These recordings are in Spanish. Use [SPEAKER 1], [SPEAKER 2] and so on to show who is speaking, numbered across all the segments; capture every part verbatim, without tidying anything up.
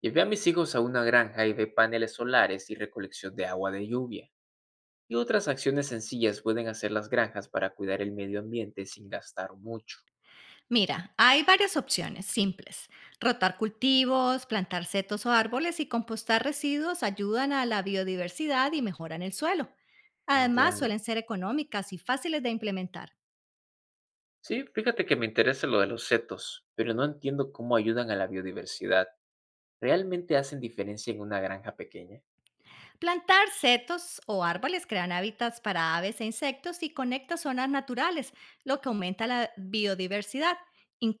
[SPEAKER 1] Llevé a mis hijos a una granja y ve paneles solares y recolección de agua de lluvia. Y otras acciones sencillas pueden hacer las granjas para cuidar el medio ambiente sin gastar mucho.
[SPEAKER 2] Mira, hay varias opciones simples. Rotar cultivos, plantar setos o árboles y compostar residuos ayudan a la biodiversidad y mejoran el suelo. Además,
[SPEAKER 1] Entiendo.
[SPEAKER 2] suelen ser económicas y fáciles de implementar.
[SPEAKER 1] Sí, fíjate que me interesa lo de los setos, pero no entiendo cómo ayudan a la biodiversidad. ¿Realmente hacen diferencia en una granja pequeña?
[SPEAKER 2] Plantar setos o árboles crean hábitats para aves e insectos y conecta zonas naturales, lo que aumenta la biodiversidad.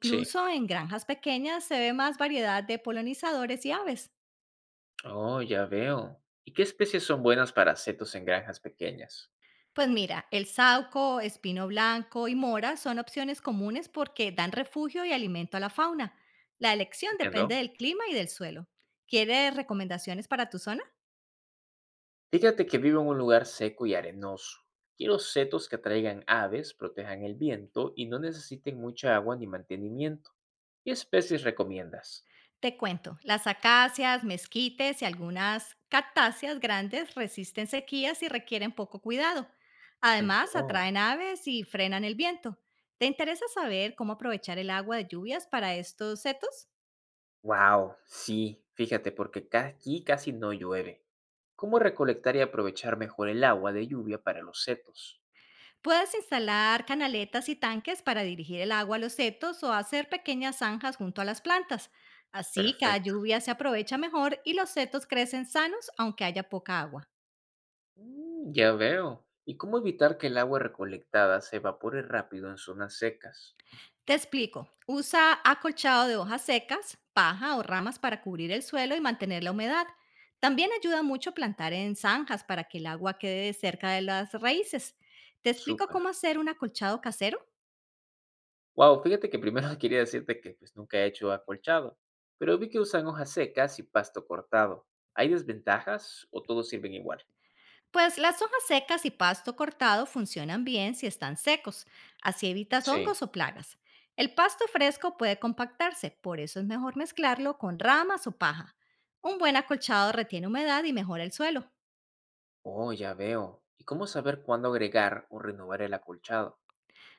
[SPEAKER 1] Sí.
[SPEAKER 2] en granjas pequeñas se ve más variedad de polinizadores y aves.
[SPEAKER 1] Oh, ya veo. ¿Y qué especies son buenas para setos en granjas pequeñas?
[SPEAKER 2] Pues mira, el sauco, espino blanco y mora son opciones comunes porque dan refugio y alimento a la fauna. La elección depende
[SPEAKER 1] Entiendo.
[SPEAKER 2] del clima y del suelo. ¿Quieres recomendaciones para tu zona?
[SPEAKER 1] Fíjate que vivo en un lugar seco y arenoso. Quiero setos que atraigan aves, protejan el viento y no necesiten mucha agua ni mantenimiento. ¿Qué especies recomiendas?
[SPEAKER 2] Te cuento, las acacias, mezquites y algunas cactáceas grandes resisten sequías y requieren poco cuidado.
[SPEAKER 1] En-
[SPEAKER 2] Además,
[SPEAKER 1] Oh,
[SPEAKER 2] atraen aves y frenan el viento. ¿Te interesa saber cómo aprovechar el agua de lluvias para estos setos?
[SPEAKER 1] wow, sí, fíjate, porque ca- aquí casi no llueve. ¿Cómo recolectar y aprovechar mejor el agua de lluvia para los setos?
[SPEAKER 2] Puedes instalar canaletas y tanques para dirigir el agua a los setos o hacer pequeñas zanjas junto a las plantas. Así cada
[SPEAKER 1] Perfecto.
[SPEAKER 2] lluvia se aprovecha mejor y los setos crecen sanos aunque haya poca agua.
[SPEAKER 1] Mm, ya veo. ¿Y cómo evitar que el agua recolectada se evapore rápido en zonas secas?
[SPEAKER 2] Te explico. Usa acolchado de hojas secas, paja o ramas para cubrir el suelo y mantener la humedad. También ayuda mucho plantar en zanjas para que el agua quede cerca de las raíces. ¿Te explico
[SPEAKER 1] Súper.
[SPEAKER 2] cómo hacer un acolchado casero?
[SPEAKER 1] Wow, fíjate que primero quería decirte que pues nunca he hecho acolchado, pero vi que usan hojas secas y pasto cortado. ¿Hay desventajas o todos sirven igual?
[SPEAKER 2] Pues las hojas secas y pasto cortado funcionan bien si están secos, así evitas
[SPEAKER 1] Sí.
[SPEAKER 2] hongos o plagas. El pasto fresco puede compactarse, por eso es mejor mezclarlo con ramas o paja. Un buen acolchado retiene humedad y mejora el suelo.
[SPEAKER 1] Oh, ya veo. ¿Y cómo saber cuándo agregar o renovar el acolchado?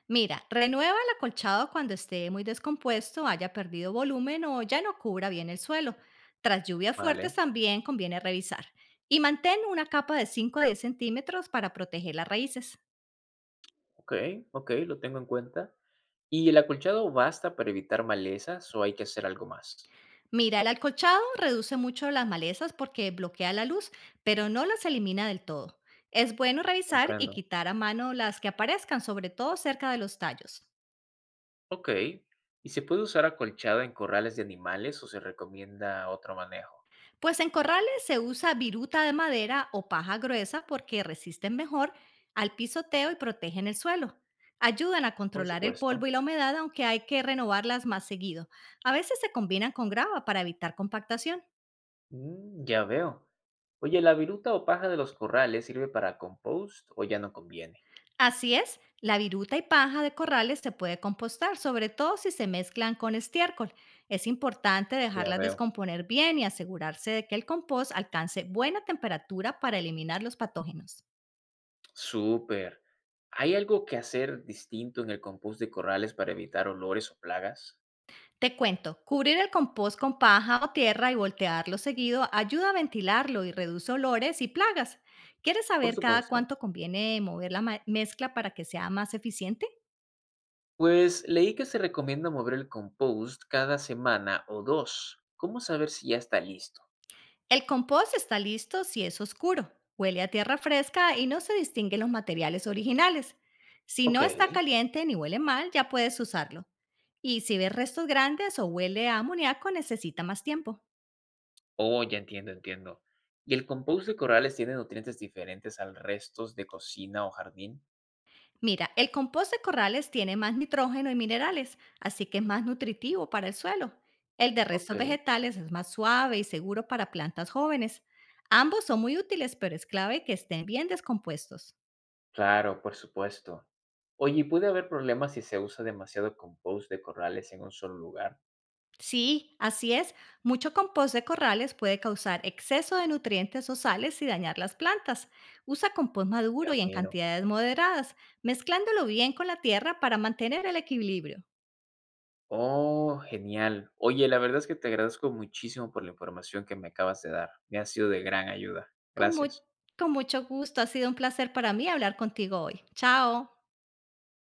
[SPEAKER 2] Mira, renueva el acolchado cuando esté muy descompuesto, haya perdido volumen o ya no cubra bien el suelo. Tras lluvias fuertes
[SPEAKER 1] Vale.
[SPEAKER 2] también conviene revisar. Y mantén una capa de cinco a diez centímetros para proteger las raíces.
[SPEAKER 1] Ok, ok, lo tengo en cuenta. ¿Y el acolchado basta para evitar malezas o hay que hacer algo más?
[SPEAKER 2] Mira, el alcolchado reduce mucho las malezas porque bloquea la luz, pero no las elimina del todo. Es bueno revisar y
[SPEAKER 1] Comprendo.
[SPEAKER 2] quitar a mano las que aparezcan, sobre todo cerca de los tallos.
[SPEAKER 1] Ok. ¿Y se puede usar acolchado en corrales de animales o se recomienda otro manejo?
[SPEAKER 2] Pues en corrales se usa viruta de madera o paja gruesa porque resisten mejor al pisoteo y protegen el suelo. Ayudan a
[SPEAKER 1] Por
[SPEAKER 2] controlar el
[SPEAKER 1] supuesto.
[SPEAKER 2] polvo y la humedad, aunque hay que renovarlas más seguido. A veces se combinan con grava para evitar compactación.
[SPEAKER 1] Mm, ya veo. Oye, ¿la viruta o paja de los corrales sirve para compost o ya no conviene?
[SPEAKER 2] Así es, la viruta y paja de corrales se puede compostar, sobre todo si se mezclan con estiércol. Es importante
[SPEAKER 1] Ya
[SPEAKER 2] dejarlas
[SPEAKER 1] veo.
[SPEAKER 2] descomponer bien y asegurarse de que el compost alcance buena temperatura para eliminar los patógenos.
[SPEAKER 1] Súper. ¿Hay algo que hacer distinto en el compost de corrales para evitar olores o plagas?
[SPEAKER 2] Te cuento, cubrir el compost con paja o tierra y voltearlo seguido ayuda a ventilarlo y reduce olores y plagas. ¿Quieres
[SPEAKER 1] Por
[SPEAKER 2] saber cada
[SPEAKER 1] supuesto.
[SPEAKER 2] cuánto conviene mover la ma- mezcla para que sea más eficiente?
[SPEAKER 1] Pues leí que se recomienda mover el compost cada semana o dos. ¿Cómo saber si ya está listo?
[SPEAKER 2] El compost está listo si es oscuro, huele a tierra fresca y no se distinguen los materiales originales. Si
[SPEAKER 1] Ok.
[SPEAKER 2] no está caliente ni huele mal, ya puedes usarlo. Y si ves restos grandes o huele a amoníaco, necesita más tiempo.
[SPEAKER 1] Oh, ya entiendo, entiendo. ¿Y el compost de corrales tiene nutrientes diferentes al restos de cocina o jardín?
[SPEAKER 2] Mira, el compost de corrales tiene más nitrógeno y minerales, así que es más nutritivo para el suelo. El de
[SPEAKER 1] Ok.
[SPEAKER 2] restos vegetales es más suave y seguro para plantas jóvenes. Ambos son muy útiles, pero es clave que estén bien descompuestos.
[SPEAKER 1] Claro, por supuesto. Oye, ¿y puede haber problemas si se usa demasiado compost de corrales en un solo lugar?
[SPEAKER 2] Sí, así es. Mucho compost de corrales puede causar exceso de nutrientes o sales y dañar las plantas. Usa compost
[SPEAKER 1] Ya
[SPEAKER 2] maduro y en
[SPEAKER 1] miro.
[SPEAKER 2] cantidades moderadas, mezclándolo bien con la tierra para mantener el equilibrio.
[SPEAKER 1] Oh, genial. Oye, la verdad es que te agradezco muchísimo por la información que me acabas de dar. Me ha sido de gran ayuda.
[SPEAKER 2] Con, mu-
[SPEAKER 1] Gracias.
[SPEAKER 2] con mucho gusto, ha sido un placer para mí hablar contigo hoy. Chao.